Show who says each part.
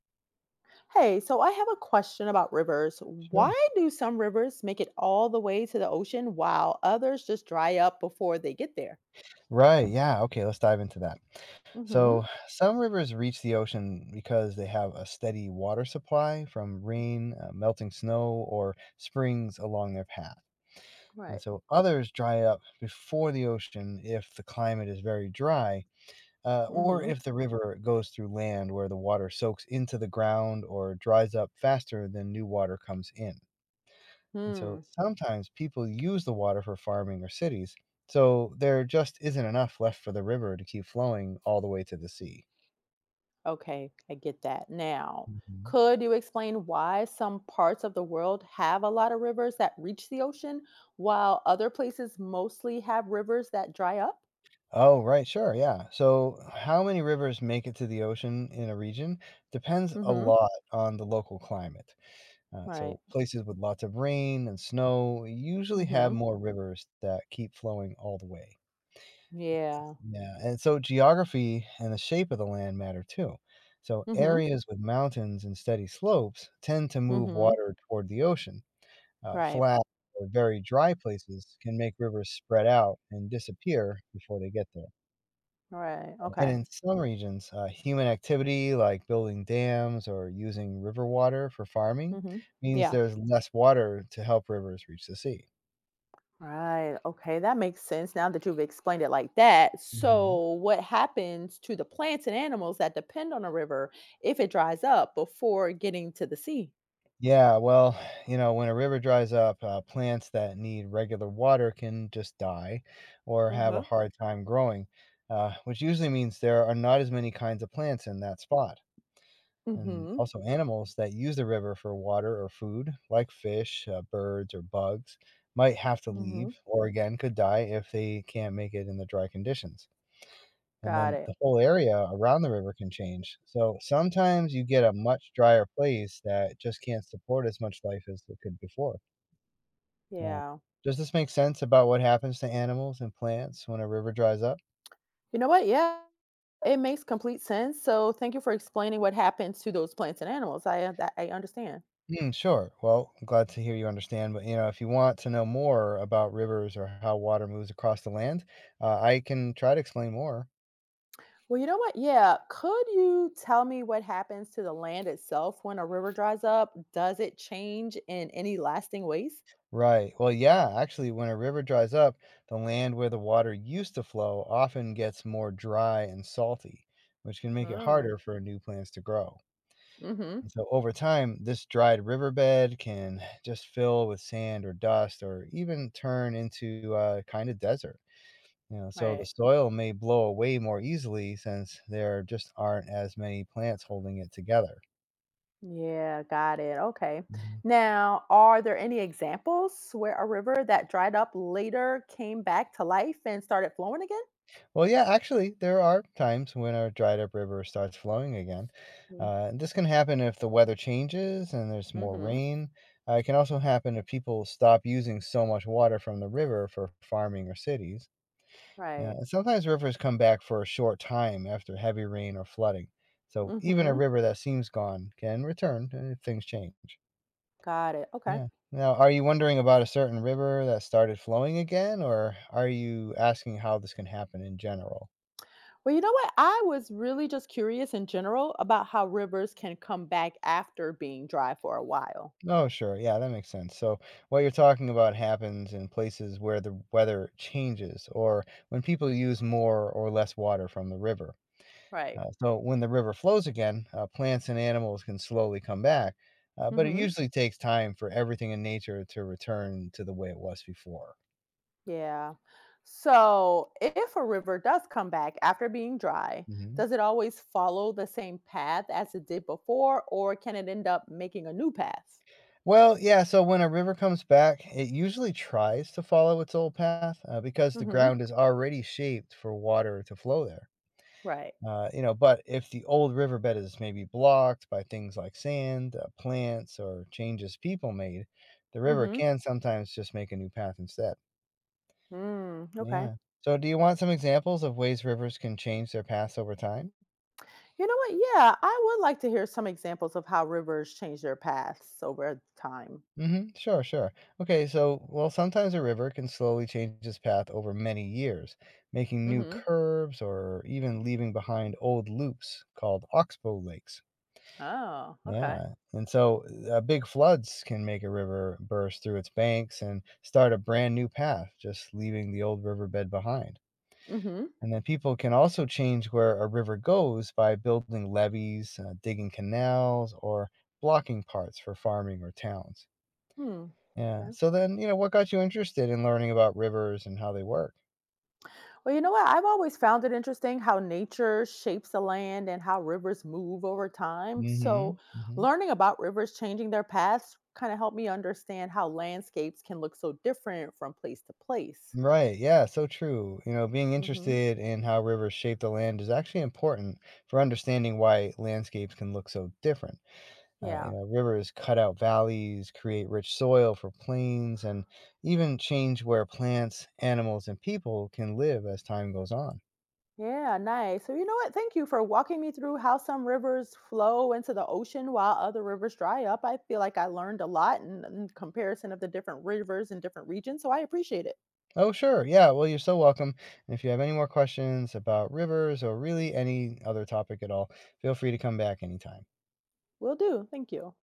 Speaker 1: Hey, so I have a question about rivers. Why
Speaker 2: Sure.
Speaker 1: do some rivers make it all the way to the ocean while others just dry up before they get there?
Speaker 2: Right. Yeah. Okay. Let's dive into that.
Speaker 1: Mm-hmm.
Speaker 2: So, some rivers reach the ocean because they have a steady water supply from rain, melting snow, or springs along their path. And
Speaker 1: Right.
Speaker 2: so, others dry up before the ocean if the climate is very dry, or
Speaker 1: Mm-hmm.
Speaker 2: if the river goes through land where the water soaks into the ground or dries up faster than new water comes in. And so
Speaker 1: Hmm.
Speaker 2: sometimes people use the water for farming or cities, so there just isn't enough left for the river to keep flowing all the way to the sea.
Speaker 1: Okay, I get that. Now,
Speaker 2: hmm
Speaker 1: could you explain why some parts of the world have a lot of rivers that reach the ocean while other places mostly have rivers that dry up?
Speaker 2: Oh, right, sure, yeah. So how many rivers make it to the ocean in a region depends a
Speaker 1: Mm-hmm.
Speaker 2: lot on the local climate. Uh,
Speaker 1: Right.
Speaker 2: so places with lots of rain and snow usually have
Speaker 1: Mm-hmm.
Speaker 2: more rivers that keep flowing all the way.
Speaker 1: Yeah.
Speaker 2: Yeah, and so geography and the shape of the land matter too. So
Speaker 1: Mm-hmm.
Speaker 2: areas with mountains and steady slopes tend to move
Speaker 1: Mm-hmm.
Speaker 2: water toward the ocean. Uh,
Speaker 1: Right.
Speaker 2: flat or very dry places can make rivers spread out and disappear before they get there.
Speaker 1: Right.
Speaker 2: And
Speaker 1: Okay.
Speaker 2: in some regions, human activity like building dams or using river water for farming
Speaker 1: Mm-hmm.
Speaker 2: means
Speaker 1: Yeah.
Speaker 2: there's less water to help rivers reach the sea.
Speaker 1: Right. Okay. That makes sense now that you've explained it like that.
Speaker 2: Mhm.
Speaker 1: So, what happens to the plants and animals that depend on a river if it dries up before getting to the sea?
Speaker 2: Yeah, well, when a river dries up, plants that need regular water can just die or
Speaker 1: Uh
Speaker 2: have a
Speaker 1: huh.
Speaker 2: hard time growing, which usually means there are not as many kinds of plants in that spot. And
Speaker 1: Mm-hmm.
Speaker 2: also, animals that use the river for water or food, like fish, birds, or bugs, might have to
Speaker 1: Mm-hmm.
Speaker 2: leave or again could die if they can't make it in the dry conditions. And
Speaker 1: Got
Speaker 2: then the
Speaker 1: it.
Speaker 2: whole area around the river can change. So sometimes you get a much drier place that just can't support as much life as it could before. Now,
Speaker 1: Yeah.
Speaker 2: does this make sense about what happens to animals and plants when a river dries up?
Speaker 1: You know what? Yeah, it makes complete sense. So thank you for explaining what happens to those plants and animals. I understand.
Speaker 2: Mm, sure. Well, I'm glad to hear you understand. But you know, if you want to know more about rivers or how water moves across the land, I can try to explain more.
Speaker 1: Well, you know what? Yeah. Could you tell me what happens to the land itself when a river dries up? Does it change in any lasting ways?
Speaker 2: Right. Well, yeah, actually, when a river dries up, the land where the water used to flow often gets more dry and salty, which can make it
Speaker 1: Oh.
Speaker 2: harder for new plants to grow.
Speaker 1: Mhm.
Speaker 2: And so, over time, this dried riverbed can just fill with sand or dust or even turn into a kind of desert. You know, so the
Speaker 1: Right.
Speaker 2: soil may blow away more easily since there just aren't as many plants holding it together.
Speaker 1: Yeah, got it. Okay.
Speaker 2: Mm-hmm.
Speaker 1: Now, are there any examples where a river that dried up later came back to life and started flowing again?
Speaker 2: Well, yeah, actually, there are times when our dried up river starts flowing again.
Speaker 1: Mm.
Speaker 2: And this can happen if the weather changes and there's more
Speaker 1: Mhm.
Speaker 2: rain. It can also happen if people stop using so much water from the river for farming or cities. Uh,
Speaker 1: Right.
Speaker 2: and sometimes rivers come back for a short time after heavy rain or flooding. So even a
Speaker 1: Mhm.
Speaker 2: river that seems gone can return if things change.
Speaker 1: Got it. Okay.
Speaker 2: Yeah. Now, are you wondering about a certain river that started flowing again, or are you asking how this can happen in general?
Speaker 1: Well, you know what? I was really just curious in general about how rivers can come back after being dry for a while.
Speaker 2: Oh, sure. Yeah, that makes sense. So, what you're talking about happens in places where the weather changes or when people use more or less water from the river.
Speaker 1: Right.
Speaker 2: So, when the river flows again, plants and animals can slowly come back, but it
Speaker 1: Mhm.
Speaker 2: usually takes time for everything in nature to return to the way it was before.
Speaker 1: Yeah. So, if a river does come back after being dry,
Speaker 2: hmm
Speaker 1: does it always follow the same path as it did before, or can it end up making a new path?
Speaker 2: Well, yeah, so when a river comes back, it usually tries to follow its old path because the
Speaker 1: Mm-hmm.
Speaker 2: ground is already shaped for water to flow there.
Speaker 1: Right.
Speaker 2: But if the old riverbed is maybe blocked by things like sand, plants, or changes people made, the river
Speaker 1: Mm-hmm.
Speaker 2: can sometimes just make a new path instead.
Speaker 1: Mm, okay.
Speaker 2: Yeah. So, do you want some examples of ways rivers can change their paths over time?
Speaker 1: You know what? Yeah, I would like to hear some examples of how rivers change their paths over time.
Speaker 2: Sure, sure. Okay, so, well, sometimes a river can slowly change its path over many years, making new
Speaker 1: Mm-hmm.
Speaker 2: curves or even leaving behind old loops called oxbow lakes.
Speaker 1: Oh, okay.
Speaker 2: Yeah, and so, big floods can make a river burst through its banks and start a brand new path, just leaving the old riverbed behind.
Speaker 1: Mm-hmm.
Speaker 2: And then people can also change where a river goes by building levees, digging canals, or blocking parts for farming or towns.
Speaker 1: Hmm.
Speaker 2: Yeah. So then, you know, what got you interested in learning about rivers and how they work?
Speaker 1: Well, you know what? I've always found it interesting how nature shapes the land and how rivers move over time.
Speaker 2: Mm-hmm.
Speaker 1: So,
Speaker 2: Mm-hmm.
Speaker 1: learning about rivers changing their paths kind of helped me understand how landscapes can look so different from place to place.
Speaker 2: Right, yeah, so true. You know, being
Speaker 1: Hmm
Speaker 2: interested in how rivers shape the land is actually important for understanding why landscapes can look so different.
Speaker 1: Yeah.
Speaker 2: Rivers cut out valleys, create rich soil for plains, and even change where plants, animals, and people can live as time goes on.
Speaker 1: Yeah, nice. So, you know what? Thank you for walking me through how some rivers flow into the ocean while other rivers dry up. I feel like I learned a lot in comparison of the different rivers in different regions. So, I appreciate it.
Speaker 2: Oh, sure. Yeah, well, you're so welcome. And if you have any more questions about rivers or really any other topic at all, feel free to come back anytime.
Speaker 1: Will do. Thank you.